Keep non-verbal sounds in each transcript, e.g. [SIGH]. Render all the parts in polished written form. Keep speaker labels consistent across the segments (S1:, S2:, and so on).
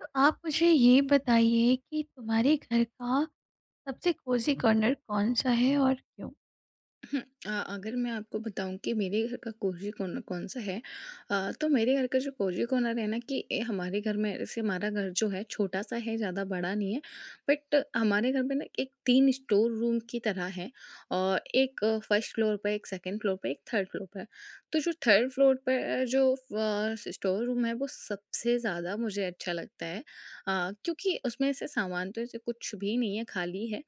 S1: तो आप मुझे ये बताइए कि तुम्हारे घर का सबसे कोज़ी कॉर्नर कौन-सा है और क्यों?
S2: हुँ, अगर मैं आपको बताऊँ कि मेरे घर का कोजी कॉर्नर कौन-सा है, तो मेरे घर का जो कोजी कॉर्नर है ना, कि हमारे घर में जैसे हमारा घर जो है छोटा-सा है, ज़्यादा बड़ा नहीं है। बट हमारे घर में ना एक 3 स्टोर रूम की तरह है, और एक फर्स्ट फ्लोर पे, एक सेकंड फ्लोर पे, एक थर्ड फ्लोर पे। तो जो थर्ड फ्लोर पे जो फ स्टोर रूम है, वो सबसे ज़्यादा मुझे अच्छा लगता है। क्योंकि उसमें ऐसे सामान तो ऐसे कुछ भी नहीं है, खाली है।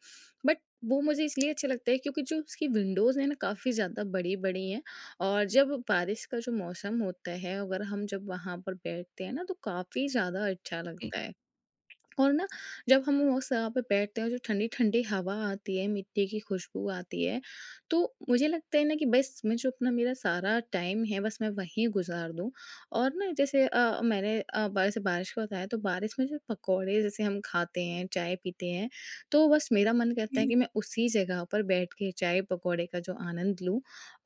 S2: बट वो मुझे इसलिए अच्छे लगते हैं क्योंकि जो उसकी विंडोज़ हैं ना, काफ़ी ज़्यादा बड़ी-बड़ी हैं। और जब बारिश का जो मौसम होता है, अगर हम जब वहाँ पर बैठते हैं ना, तो काफ़ी ज़्यादा अच्छा
S1: जी।
S2: लगता है। और ना, जब हम उस जगह पे बैठते हैं, जो ठंडी-ठंडी हवा आती है, मिट्टी की खुशबू आती है, तो मुझे लगता है ना कि बस मैं जो अपना मेरा सारा टाइम है बस मैं वहीं गुज़ार दूँ। और ना जैसे मैंने बारिश का बताया, तो बारिश में जो पकौड़े जैसे हम खाते हैं, चाय पीते हैं, तो बस मेरा मन करता है
S1: हुँ,
S2: कि मैं उसी जगह पर बैठ के चाय पकौड़े का जो आनंद लूँ।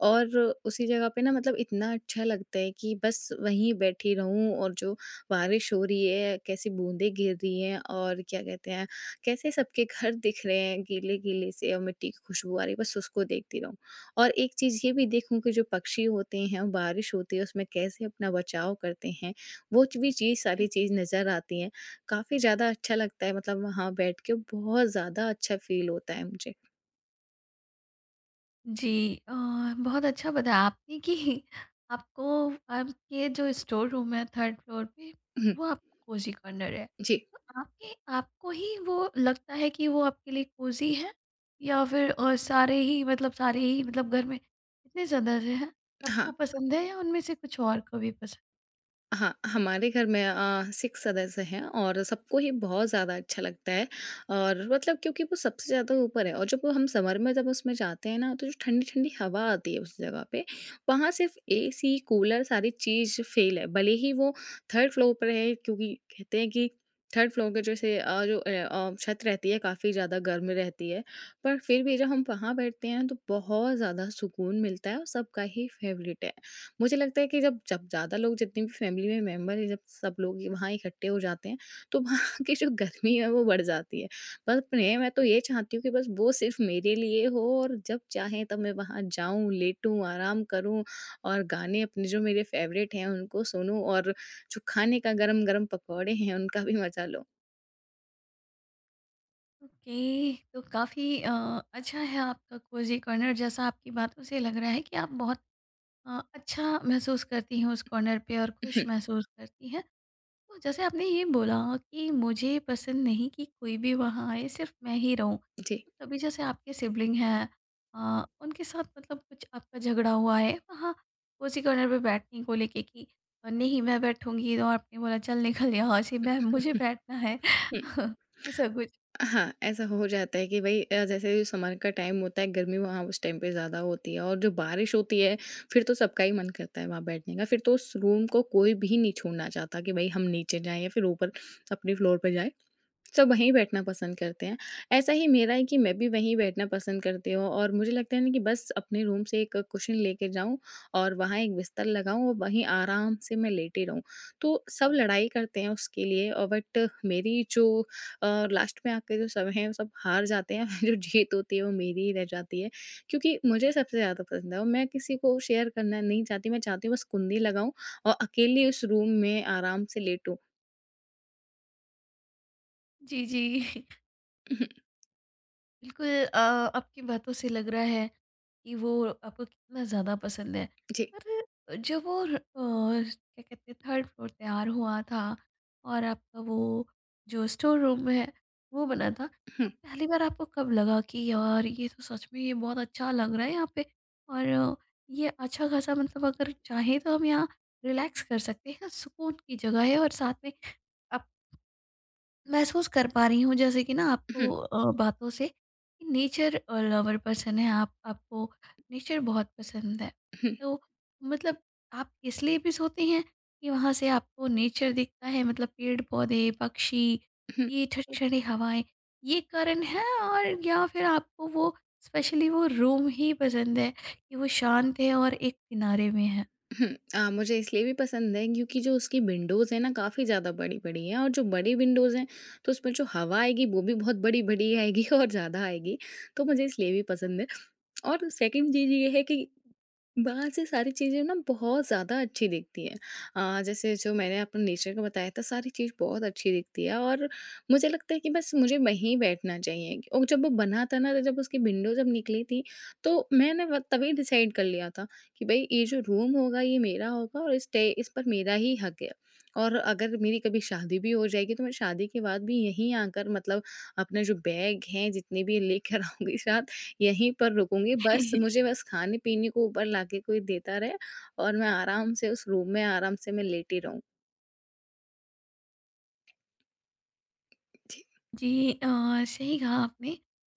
S2: और उसी जगह पे ना, मतलब इतना अच्छा लगता है कि बस वहीं बैठी रहूँ, और जो बारिश हो रही है, कैसी बूंदें गिर रही हैं और क्या कहते हैं, कैसे सबके घर दिख रहे हैं गीले-गीले से और मिट्टी की खुशबू आ रही है, बस उसको देखती रहूँ। और एक चीज़ ये भी देखूँ कि जो पक्षी होते हैं, वो बारिश होती है, उसमें कैसे अपना बचाव करते हैं, वो च भी चीज़ सारी
S1: जी।
S2: चीज़ नज़र आती हैं। काफ़ी ज़्यादा अच्छा लगता है, मतलब वहाँ बैठ के बहुत ज़्यादा अच्छा फ़ील होता है मुझे।
S1: जी बहुत अच्छा बताया आपने कि आपको आपके जो स्टोर रूम है 3rd फ्लोर पे, वो
S2: [CLEARS THROAT]
S1: आपका कोज़ी कॉर्नर है।
S2: जी।
S1: तो आपके आपको ही वो लगता है कि वो आपके लिए कोज़ी है? या फिर सारे ही मतलब घर में कितने सदस्य हैं,
S2: हाँ।
S1: सबको पसंद है या उनमें से कुछ और को भी पसंद है?
S2: हाँ, हमारे घर में 6 सदस्य हैं, और सबको ही बहुत ज़्यादा अच्छा लगता है। और मतलब क्योंकि वो सबसे ज़्यादा ऊपर है, और जब वो हम समर में जब उसमें जाते हैं ना, तो जो ठंडी-ठंडी हवा आती है उस जगह पे, वहाँ सिर्फ़ एसी, कूलर सारी चीज़ फ़ेल है। भले ही वो थर्ड फ्लोर पर है, क्योंकि कहते हैं कि थर्ड फ्लोर के जैसे जो छत रहती है, काफ़ी ज़्यादा गर्म रहती है। पर फिर भी जब हम वहाँ बैठते हैं तो बहुत ज़्यादा सुकून मिलता है, और सबका ही फ़ेवरेट है। मुझे लगता है कि जब जब ज़्यादा लोग जितने भी फैमिली में मेंबर हैं, जब सब लोग ये वहाँ इकट्ठे हो जाते हैं, तो वहाँ [LAUGHS] की जो गर्मी है वो बढ़ जाती है। बस मैं तो ये चाहती हूँ कि बस वो सिर्फ़ मेरे लिए हो, और जब चाहे तब मैं वहाँ जाऊँ, लेटूँ, आराम करूँ, और गाने अपने जो मेरे फ़ेवरेट हैं उनको सुनूँ, और जो खाने का गरम-गरम पकौड़े हैं उनका भी मज़ा लूँ।
S1: ओके, तो काफ़ी अच्छा है आपका कोजी कॉर्नर। जैसा आपकी बातों से लग रहा है कि आप बहुत अच्छा महसूस करती हैं उस कॉर्नर पे और खुश
S2: [LAUGHS]
S1: महसूस करती हैं। तो जैसे आपने ये बोला कि मुझे पसंद नहीं कि कोई भी वहाँ आए, सिर्फ मैं ही रहूँ,
S2: जी।
S1: तो तभी जैसे आपके सिबलिंग हैं, उनके साथ मतलब कुछ आपका झगड़ा हुआ है वहाँ कोजी कॉर्नर पे बैठने को लेके कि नहीं, मैं बैठूंगी, तो आपने बोला चल निकल यहाँ से, मैं, मुझे
S2: [LAUGHS]
S1: बैठना है। [LAUGHS] ऐसा कुछ?
S2: हाँ, ऐसा हो जाता है कि भई, जैसे जो समर का टाइम होता है, गर्मी वहाँ उस टाइम पे ज़्यादा होती है, और जो बारिश होती है, फिर तो सबका ही मन करता है वहाँ बैठने का। फिर तो उस रूम को कोई भी नहीं छोड़ना चाहता, कि भई हम नीचे जाएँ या फिर ऊपर अपने फ्लोर पे जाएँ। सब वहीं बैठना पसंद करते हैं। ऐसा ही मेरा है कि मैं भी वहीं बैठना पसंद करती हूँ, और मुझे लगता है ना कि बस अपने रूम से एक कुशन लेके जाऊँ, और वहाँ एक बिस्तर लगाऊँ और वहीं आराम से मैं लेटी रहूँ। तो सब लड़ाई करते हैं उसके लिए, और बट मेरी जो लास्ट में आके जो सब हैं वो सब हार जाते हैं। [LAUGHS] जो जीत होती है वो मेरी ही रह जाती है, क्योंकि मुझे सबसे ज़्यादा पसंद है, और मैं किसी को शेयर करना नहीं चाहती। मैं चाहती हूँ बस कुंडी लगाऊँ, और अकेली उस रूम में आराम से लेटूँ।
S1: जी, जी,
S2: [LAUGHS]
S1: बिल्कुल। अ, आपकी बातों से लग रहा है कि वो आपको कितना ज़्यादा पसंद है।
S2: जी।
S1: पर जब वो क्या कहते हैं, थर्ड फ्लोर तैयार हुआ था और आपका वो जो स्टोर रूम है वो बना था, तो पहली बार आपको कब लगा कि यार ये तो सच में ये बहुत अच्छा लग रहा है यहाँ पे और ये अच्छा खासा मतलब अगर चाहें तो हम यहाँ रिलैक्स कर सकते हैं, सुकून की जगह है। और साथ में महसूस कर पा रही हूँ जैसे कि ना आपको, बातों से कि नेचर लवर पर्सन है आप, आपको नेचर बहुत पसंद है।
S2: [LAUGHS]
S1: तो मतलब आप इसलिए भी सोते हैं कि वहाँ से आपको नेचर दिखता है, मतलब पेड़ पौधे पक्षी,
S2: हम्म,
S1: ये ठंडी ठंडी हवाएं, ये कारण है? और या फिर आपको वो स्पेशली वो रूम ही पसंद है कि वो शांत है और एक किनारे में
S2: मुझे इसलिए भी पसंद है क्योंकि जो उसकी विंडोज़ है ना, काफ़ी ज़्यादा बड़ी बड़ी है, और जो बड़ी विंडोज़ हैं तो उसमें जो हवा आएगी वो भी बहुत बड़ी बड़ी आएगी, [LAUGHS] और ज़्यादा आएगी। तो मुझे इसलिए भी पसंद है, और सेकंड चीज़ ये है कि बाहर से सारी चीज़ें ना बहुत ज़्यादा अच्छी दिखती हैं। जैसे जो मैंने अपने नेचर का बताया था, सारी चीज़ बहुत अच्छी दिखती है, और मुझे लगता है कि बस मुझे वहीं बैठना चाहिए। और जब वो बना था ना, तो जब उसकी विंडो जब निकली थी, तो मैंने व तभी डिसाइड कर लिया था कि भाई, ये जो रूम होगा ये मेरा होगा, और इस पर मेरा ही हक है। और अगर मेरी कभी शादी भी हो जाएगी, तो मैं शादी के बाद भी यहीं आकर मतलब अपना जो बैग है जितने भी लेकर [LAUGHS] आऊँगी साथ, यहीं पर रुकूँगी,
S1: है।
S2: बस
S1: [LAUGHS]
S2: मुझे बस खाने-पीने को ऊपर लाके कोई देता रहे, और मैं आराम से उस रूम में आराम से मैं लेटी रहूँ। जी।
S1: जी, सही कहा आपने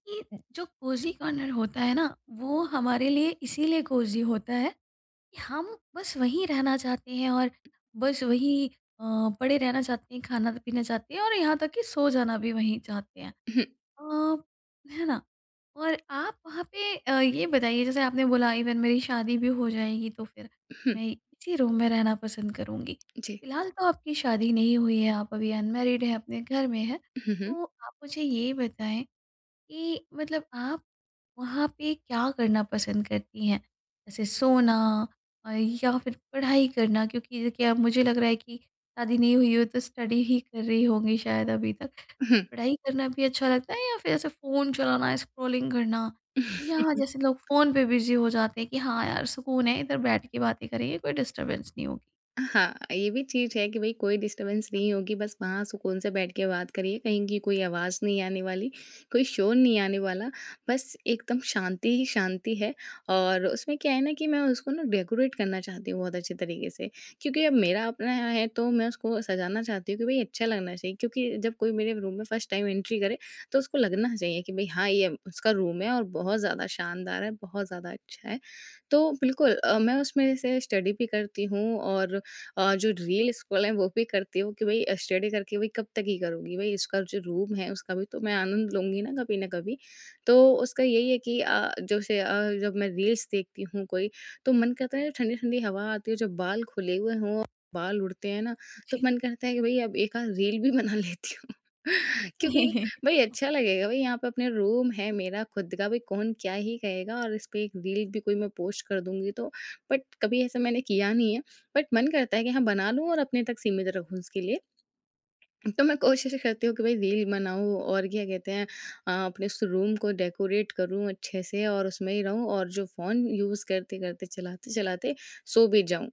S1: कि जो कोजी कॉर्नर होता है ना, वो हमारे लिए इसीलिए कोजी होता है कि हम बस वहीं रहना चाहते हैं और बस वहीं पड़े रहना चाहते हैं, खाना पीना चाहते हैं और यहाँ तक कि सो जाना भी वहीं चाहते हैं।
S2: [LAUGHS]
S1: अ, है ना? और आप वहाँ पे, ये बताइए, जैसे आपने बोला इवन मेरी शादी भी हो जाएगी तो फिर मैं इसी रूम में रहना पसंद करूँगी।
S2: जी।
S1: फ़िलहाल तो आपकी शादी नहीं हुई है, आप अभी अनमैरिड हैं, अपने घर में हैं।
S2: [LAUGHS] हुँ,
S1: तो आप मुझे ये बताएँ कि मतलब आप वहाँ पे क्या करना पसंद करती हैं? जैसे सोना, या फिर पढ़ाई करना? क्योंकि देखिए अब मुझे लग रहा है कि शादी नहीं हुई हो तो स्टडी ही कर रही होंगी शायद अभी तक। तो
S2: हुँ।
S1: पढ़ाई करना भी अच्छा लगता है या फिर ऐसे फ़ोन चलाना, स्क्रॉलिंग करना? या
S2: [LAUGHS]
S1: जैसे लोग फ़ोन पे बिज़ी हो जाते हैं कि हाँ यार, सुकून है इधर बैठ के बातें करेंगे, कोई डिस्टर्बेंस नहीं होगी?
S2: हाँ, ये भी चीज़ है कि भई कोई डिस्टर्बेंस नहीं होगी, बस वहाँ सुकून से बैठ के बात करिए, कहीं की कोई आवाज़ नहीं आने वाली, कोई शोर नहीं आने वाला, बस एकदम शांति ही शांति है। और उसमें क्या है ना कि मैं उसको ना डेकोरेट करना चाहती हूँ बहुत अच्छे तरीके से, क्योंकि अब मेरा अपना है, तो मैं उसको सजाना चाहती हूँ कि भई अच्छा लगना चाहिए, क्योंकि जब कोई मेरे रूम में फर्स्ट टाइम एंट्री करे, तो उसको लगना चाहिए कि भई हाँ, ये उसका रूम है और बहुत ज़्यादा शानदार है, बहुत ज़्यादा अच्छा है। तो बिल्कुल मैं उसमें से स्टडी भी करती हूँ, और जो रील स्क्रॉल है वो भी करती हूँ, कि भाई स्टडी करके भाई कब तक ही करूँगी, भाई इसका जो रूम है उसका भी तो मैं आनंद लूँगी ना कभी ना कभी। तो उसका यही है कि जैसे जब मैं रील्स देखती हूँ कोई, तो मन करता है ठंडी-ठंडी हवा आती है, जब बाल खुले हुए हों, और बाल उड़ते हैं ना, तो
S1: जी।
S2: मन करता है कि भई अब एक आध रील भी बना लेती हूँ। [LAUGHS] क्योंकि
S1: [LAUGHS]
S2: भई अच्छा लगेगा, भई यहाँ पे अपने रूम है मेरा खुद का, भाई कौन क्या ही कहेगा, और इस पे एक रील भी कोई मैं पोस्ट कर दूँगी तो, बट कभी ऐसा मैंने किया नहीं है। बट मन करता है कि हाँ, बना लूँ और अपने तक सीमित रखूँ उसके लिए। तो मैं कोशिश करती हूँ कि भई रील बनाऊँ, और क्या कहते हैं, अपने उस रूम को डेकोरेट करूँ अच्छे से, और उसमें ही रहूँ। और जो फ़ोन यूज़ करते-करते, चलाते-चलाते सो भी जाऊँ।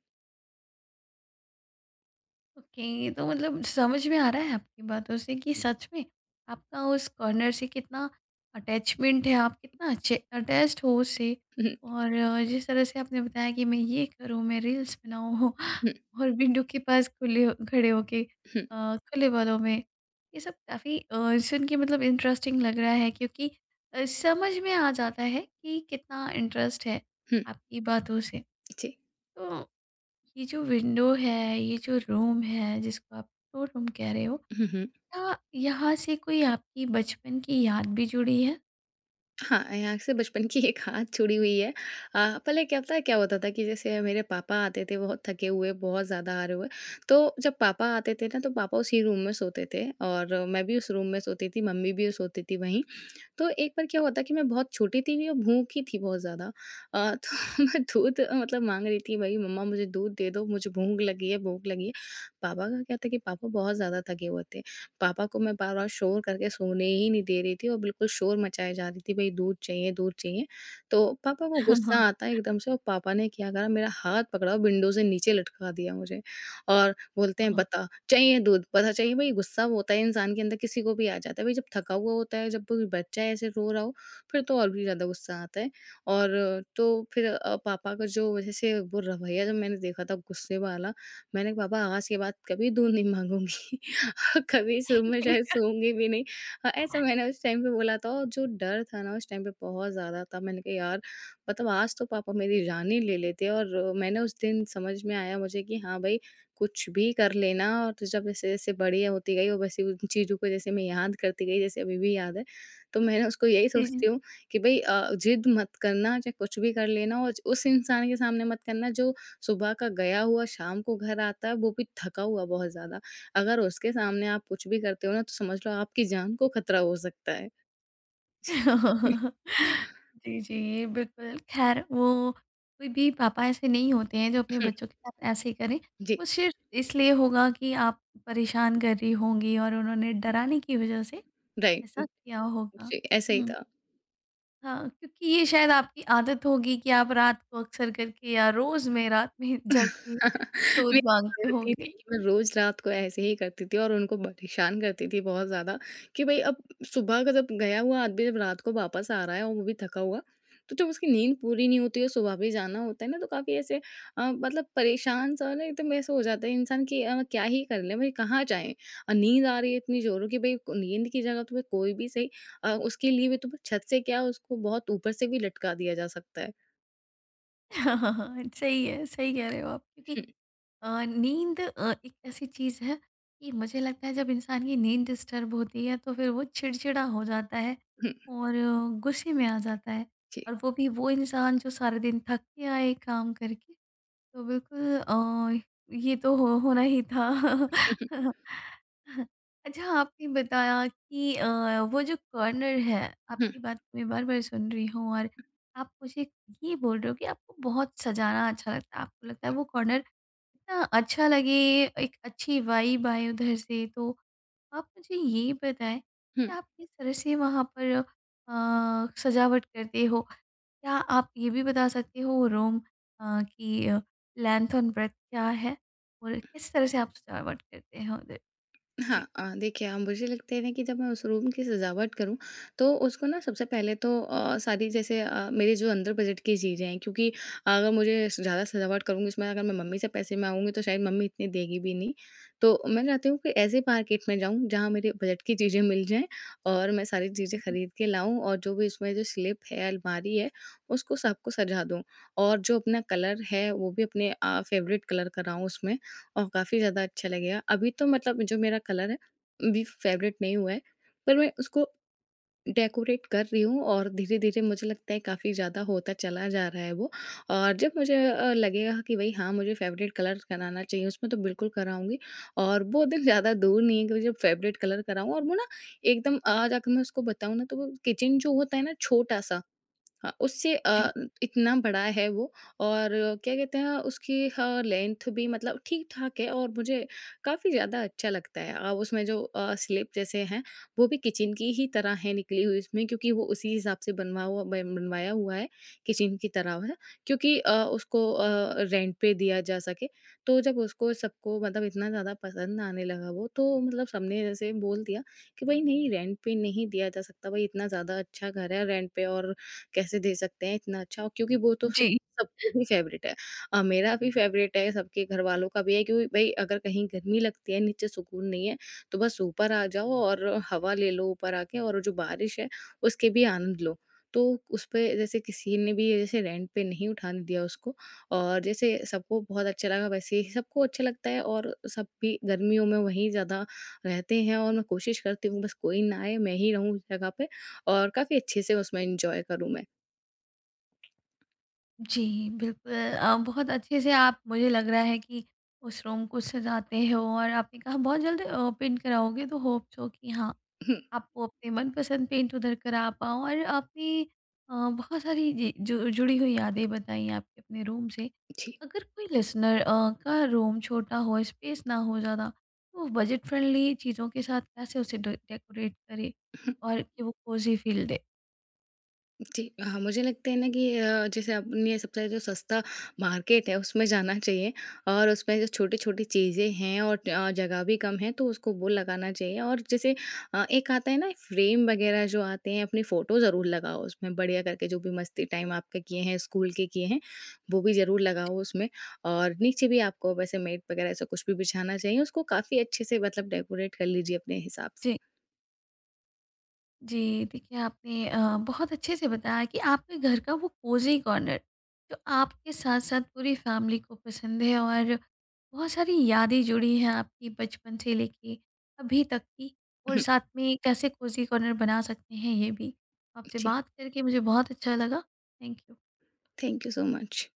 S1: ओके, तो मतलब समझ में आ रहा है आपकी बातों से कि सच में आपका उस कॉर्नर से कितना अटैचमेंट है, आप कितना अच्छे अटैच्ड हो उससे।
S2: [LAUGHS] हुँ,
S1: और जिस तरह से आपने बताया कि मैं ये करूँ, मैं रील्स बनाऊँ
S2: हुँ,
S1: [LAUGHS] और विंडो के पास खड़े होके
S2: हुँ,
S1: खुले बालों में, ये सब काफ़ी सुन के मतलब इंटरेस्टिंग लग रहा है, क्योंकि समझ में आ जाता है कि कितना इंटरेस्ट है
S2: हुँ,
S1: आपकी बातों से।
S2: जी।
S1: तो ये जो विंडो है, ये जो रूम है जिसको आप स्टोर रूम कह रहे हो,
S2: हुँ, हुँ।
S1: क्या यहाँ से कोई आपकी बचपन की याद भी जुड़ी है?
S2: हाँ, यहाँ से बचपन की [LAUGHS] एक आदत छुड़ी हुई है। पहले क्या पता है क्या होता था, कि जैसे मेरे पापा आते थे बहुत थके हुए, बहुत ज़्यादा हारे हुए, तो जब पापा आते थे ना, तो पापा उसी रूम में सोते थे, और मैं भी उस रूम में सोती थी, मम्मी भी सोती थी वहीं। तो एक बार क्या हुआ, कि मैं बहुत छोटी थी भी, और भूखी थी बहुत ज़्यादा। तो [LAUGHS] मैं दूध मतलब माँग रही थी, भई मम्मा मुझे दूध दे दो, मुझे भूख लगी है, भूख लगी है। पापा का क्या था कि पापा बहुत ज़्यादा थके हुए थे। पापा को मैं बार-बार शोर करके सोने ही नहीं दे रही थी, और बिल्कुल शोर मचाए जा रही थी, भई दूध चाहिए, दूध चाहिए। तो पापा को गुस्सा
S1: [LAUGHS]
S2: आता है एकदम से, और पापा ने क्या करा, मेरा हाथ पकड़ा और विंडो से नीचे लटका दिया मुझे, और बोलते हैं
S1: हाँ।
S2: बता, चाहिए दूध? पता, चाहिए भाई, गुस्सा वो होता है इंसान के अंदर, किसी को भी आ जाता है। भाई जब थका हुआ होता है, जब कोई बच्चा ऐसे रो रहा हो, फिर तो और भी ज़्यादा गुस्सा आता है। और तो फिर पापा का जो जैसे वो रवैया जब मैंने देखा था गुस्से वाला, मैंने कहा पापा आज के बाद कभी दूध नहीं माँगूँगी। [LAUGHS] कभी इस रूम में शायद सोऊँगी भी नहीं। ऐसा मैंने उस टाइम पे बोला था, और जो डर था ना उस टाइम पे बहुत ज़्यादा था। मैंने कहा यार, मतलब आज तो पापा मेरी जान ही ले लेते, और मैंने उस दिन समझ में आया मुझे कि हाँ भाई, कुछ भी कर लेना। और तो जब जैसे-जैसे बड़ी होती गई, और वैसे उन चीज़ों को जैसे मैं याद करती गई, जैसे अभी भी याद है। तो मैंने उसको यही
S1: जी, जी।
S2: सोचती हूँ कि भई, ज़िद मत करना चाहे कुछ भी कर लेना, और उस इंसान के सामने मत करना जो सुबह का गया हुआ शाम को घर आता है, वो भी थका हुआ बहुत ज़्यादा। अगर उसके सामने आप कुछ भी करते हो ना, तो समझ लो आपकी जान को खतरा हो सकता है। जी।
S1: [LAUGHS]
S2: [LAUGHS]
S1: जी, जी, ये बिल्कुल ख़ैर, वो कोई भी पापा ऐसे नहीं होते हैं जो अपने
S2: हुँ,
S1: बच्चों के साथ ऐसे करें। वो
S2: जी,
S1: सिर्फ़ इसलिए होगा कि आप परेशान कर रही होंगी और उन्होंने डराने की वज़ह से ऐसा
S2: राइट,
S1: किया होगा।
S2: जी, ऐसा ही
S1: हुँ।
S2: था।
S1: हाँ, क्योंकि ये शायद आपकी आदत होगी कि आप रात को अक्सर करके या रोज़ में रात में [LAUGHS] जग के
S2: [LAUGHS] मेरी
S1: दूध माँगते
S2: आदत ही
S1: होंगे।
S2: थी कि मैं रोज़ रात को ऐसे ही करती थी और उनको परेशान करती थी बहुत ज़्यादा कि भाई अब सुबह का जब गया हुआ आदमी जब रात को वापस आ रहा है और वो भी थका हुआ, तो जब उसकी नींद पूरी नहीं होती है सुबह भी जाना होता है ना तो काफ़ी ऐसे मतलब परेशान सा ना एकदम ऐसा हो जाता है इंसान कि क्या ही कर ले भाई कहाँ जाएँ? नींद आ रही है इतनी ज़ोरों की नींद की जगह तुम्हें कोई भी सही उसके लिए भी तुम्हें छत से क्या उसको बहुत ऊपर से भी लटका दिया जा सकता है।
S1: [LAUGHS] सही है, सही कह रहे हो आप।
S2: [LAUGHS]
S1: क्योंकि
S2: हुँ,
S1: नींद एक ऐसी चीज़ है कि मुझे लगता है जब इंसान की नींद डिस्टर्ब होती है तो फिर वो चिड़चिड़ा हो जाता है
S2: हुँ,
S1: और गुस्से में आ जाता है।
S2: जी।
S1: और वो भी वो इंसान जो सारे दिन थक के आए काम करके, तो बिल्कुल, ये तो हो होना ही था।
S2: [LAUGHS]
S1: [LAUGHS] अच्छा, आपने बताया कि वो जो कॉर्नर है,
S2: हुँ, हुँ,
S1: आपकी बात मैं बार-बार सुन रही हूँ और आप मुझे ये बोल रहे हो कि आपको बहुत सजाना अच्छा लगता है। आपको लगता है वो कॉर्नर इतना अच्छा लगे, एक अच्छी वाइब आए उधर से, तो आप मुझे ये बताएं कि
S2: हुँ।
S1: आप किस तरह से वहाँ पर सजावट करते हो? क्या आप ये भी बता सकते हो रूम की लेंथ और ब्रेड्थ क्या है? और किस तरह से आप सजावट करते हो उधर?
S2: हाँ,
S1: जी।
S2: देखिए, मुझे लगता है ना कि जब मैं उस रूम की सजावट करूँ तो उसको ना सबसे पहले तो सारी जैसे मेरे जो अंदर बजट की चीज़ें हैं क्योंकि अगर ज़्यादा सजावट करूँगी उसमें अगर मैं मम्मी से पैसे मांगूंगी तो शायद मम्मी इतनी देगी भी नहीं। तो मैं चाहती हूँ कि ऐसे मार्केट में जाऊँ जहाँ मेरे बजट की चीज़ें मिल जाएं और मैं सारी चीज़ें
S1: जी,
S2: खरीद के लाऊं और जो भी उसमें जो स्लिप है, अलमारी है, उसको सबको सजा दूं और जो अपना कलर है वो भी अपने फेवरेट कलर कराऊं उसमें और काफ़ी ज़्यादा अच्छा लगेगा। अभी तो मतलब जो मेरा कलर है, अभी फ़ेवरेट नहीं हुआ है, पर मैं उसको डेकोरेट कर रही हूँ और धीरे-धीरे मुझे लगता है काफ़ी ज़्यादा होता चला जा रहा है वो। और जब मुझे लगेगा कि भई हाँ, मुझे फ़ेवरेट कलर कराना चाहिए उसमें तो बिल्कुल कराऊँगी और वो दिन ज़्यादा दूर नहीं है कि मुझे फ़ेवरेट कलर कराऊँ। और वो ना एकदम आज अगर मैं उसको बताऊँ ना तो वो किचन जो होता है ना छोटा-सा, हाँ, उससे
S1: जी,
S2: इतना बड़ा है वो। और क्या कहते हैं उसकी लेंथ भी मतलब ठीक-ठाक है और मुझे काफ़ी ज़्यादा अच्छा लगता है। उसमें जो स्लिप जैसे हैं, वो भी किचन की ही तरह है, निकली हुई उसमें, क्योंकि वो उसी हिसाब से बनवाया हुआ है, किचन की तरह है क्योंकि उसको रेंट पे दिया जा सके। तो जब उसको सबको मतलब इतना ज़्यादा पसंद आने लगा वो, तो मतलब सबने जैसे बोल दिया कि, "भई नहीं, रेंट पे नहीं दिया जा सकता। भई इतना ज़्यादा अच्छा घर है रेंट पे और कैसे दे सकते हैं इतना अच्छा? क्योंकि वो तो फिर
S1: जी।
S2: सबको ही फ़ेवरेट है। मेरा भी फ़ेवरेट है, सबके घर वालों का भी है क्योंकि भई अगर कहीं गर्मी लगती है, नीचे सुकून नहीं है, तो बस ऊपर आ जाओ और हवा ले लो ऊपर आके और जो बारिश है, उसके भी आनंद लो। तो उसपे जैसे किसी ने भी जैसे रेंट पे नहीं उठाने दिया उसको और जैसे सबको बहुत अच्छा लगा वैसे ही सबको अच्छा लगता है और सब भी गर्मियों में वहीं ज़्यादा रहते हैं और मैं कोशिश करती हूँ बस कोई ना आए, मैं ही रहूँ उस जगह पे और काफ़ी अच्छे से उसमें एन्जॉय करूँ मैं।
S1: जी, बिल्कुल, बहुत अच्छे से आप, मुझे लग रहा है कि उस रूम को सजाते हो। और आपने कहा बहुत जल्द ओपन कराओगे तो होप सो कि हाँ,
S2: हुँ,
S1: आपको अपने मनपसंद पेंट उधर करा पाओ। और आपने बहुत सारी जुड़ी हुई यादें बताई आपके अपने रूम से।
S2: जी,
S1: अगर कोई लिसनर का रूम छोटा हो, स्पेस ना हो ज़्यादा, तो बजट फ्रेंडली चीज़ों के साथ कैसे उसे डेकोरेट करे
S2: हुँ,
S1: और कि वो कोजी फील दे?
S2: जी। हाँ, मुझे लगता है ना कि जैसे आपने सबसे ज़्यादा जो सस्ता मार्केट है, उसमें जाना चाहिए और उसमें जो छोटी-छोटी चीज़ें हैं और जगह भी कम है, तो उसको वो लगाना चाहिए। और जैसे एक आता है ना फ्रेम वगैरह जो आते हैं, अपनी फ़ोटो ज़रूर लगाओ उसमें बढ़िया करके, जो भी मस्ती टाइम आपके किए हैं, स्कूल के किए हैं, वो भी ज़रूर लगाओ उसमें और नीचे भी आपको वैसे मैट वगैरह ऐसा कुछ भी बिछाना चाहिए, उसको काफ़ी अच्छे से मतलब डेकोरेट कर लीजिए अपने हिसाब से।
S1: जी, जी, देखिए, आपने बहुत अच्छे से बताया कि आपके घर का वो कोज़ी कॉर्नर, जो आपके साथ-साथ पूरी फैमिली को पसंद है, और बहुत सारी यादें जुड़ी हैं आपकी बचपन से लेके अभी तक की, और
S2: हुँ,
S1: साथ में कैसे कोज़ी कॉर्नर बना सकते हैं ये भी। आपसे
S2: जी।
S1: बात करके मुझे बहुत अच्छा लगा। Thank you.
S2: Thank you so much.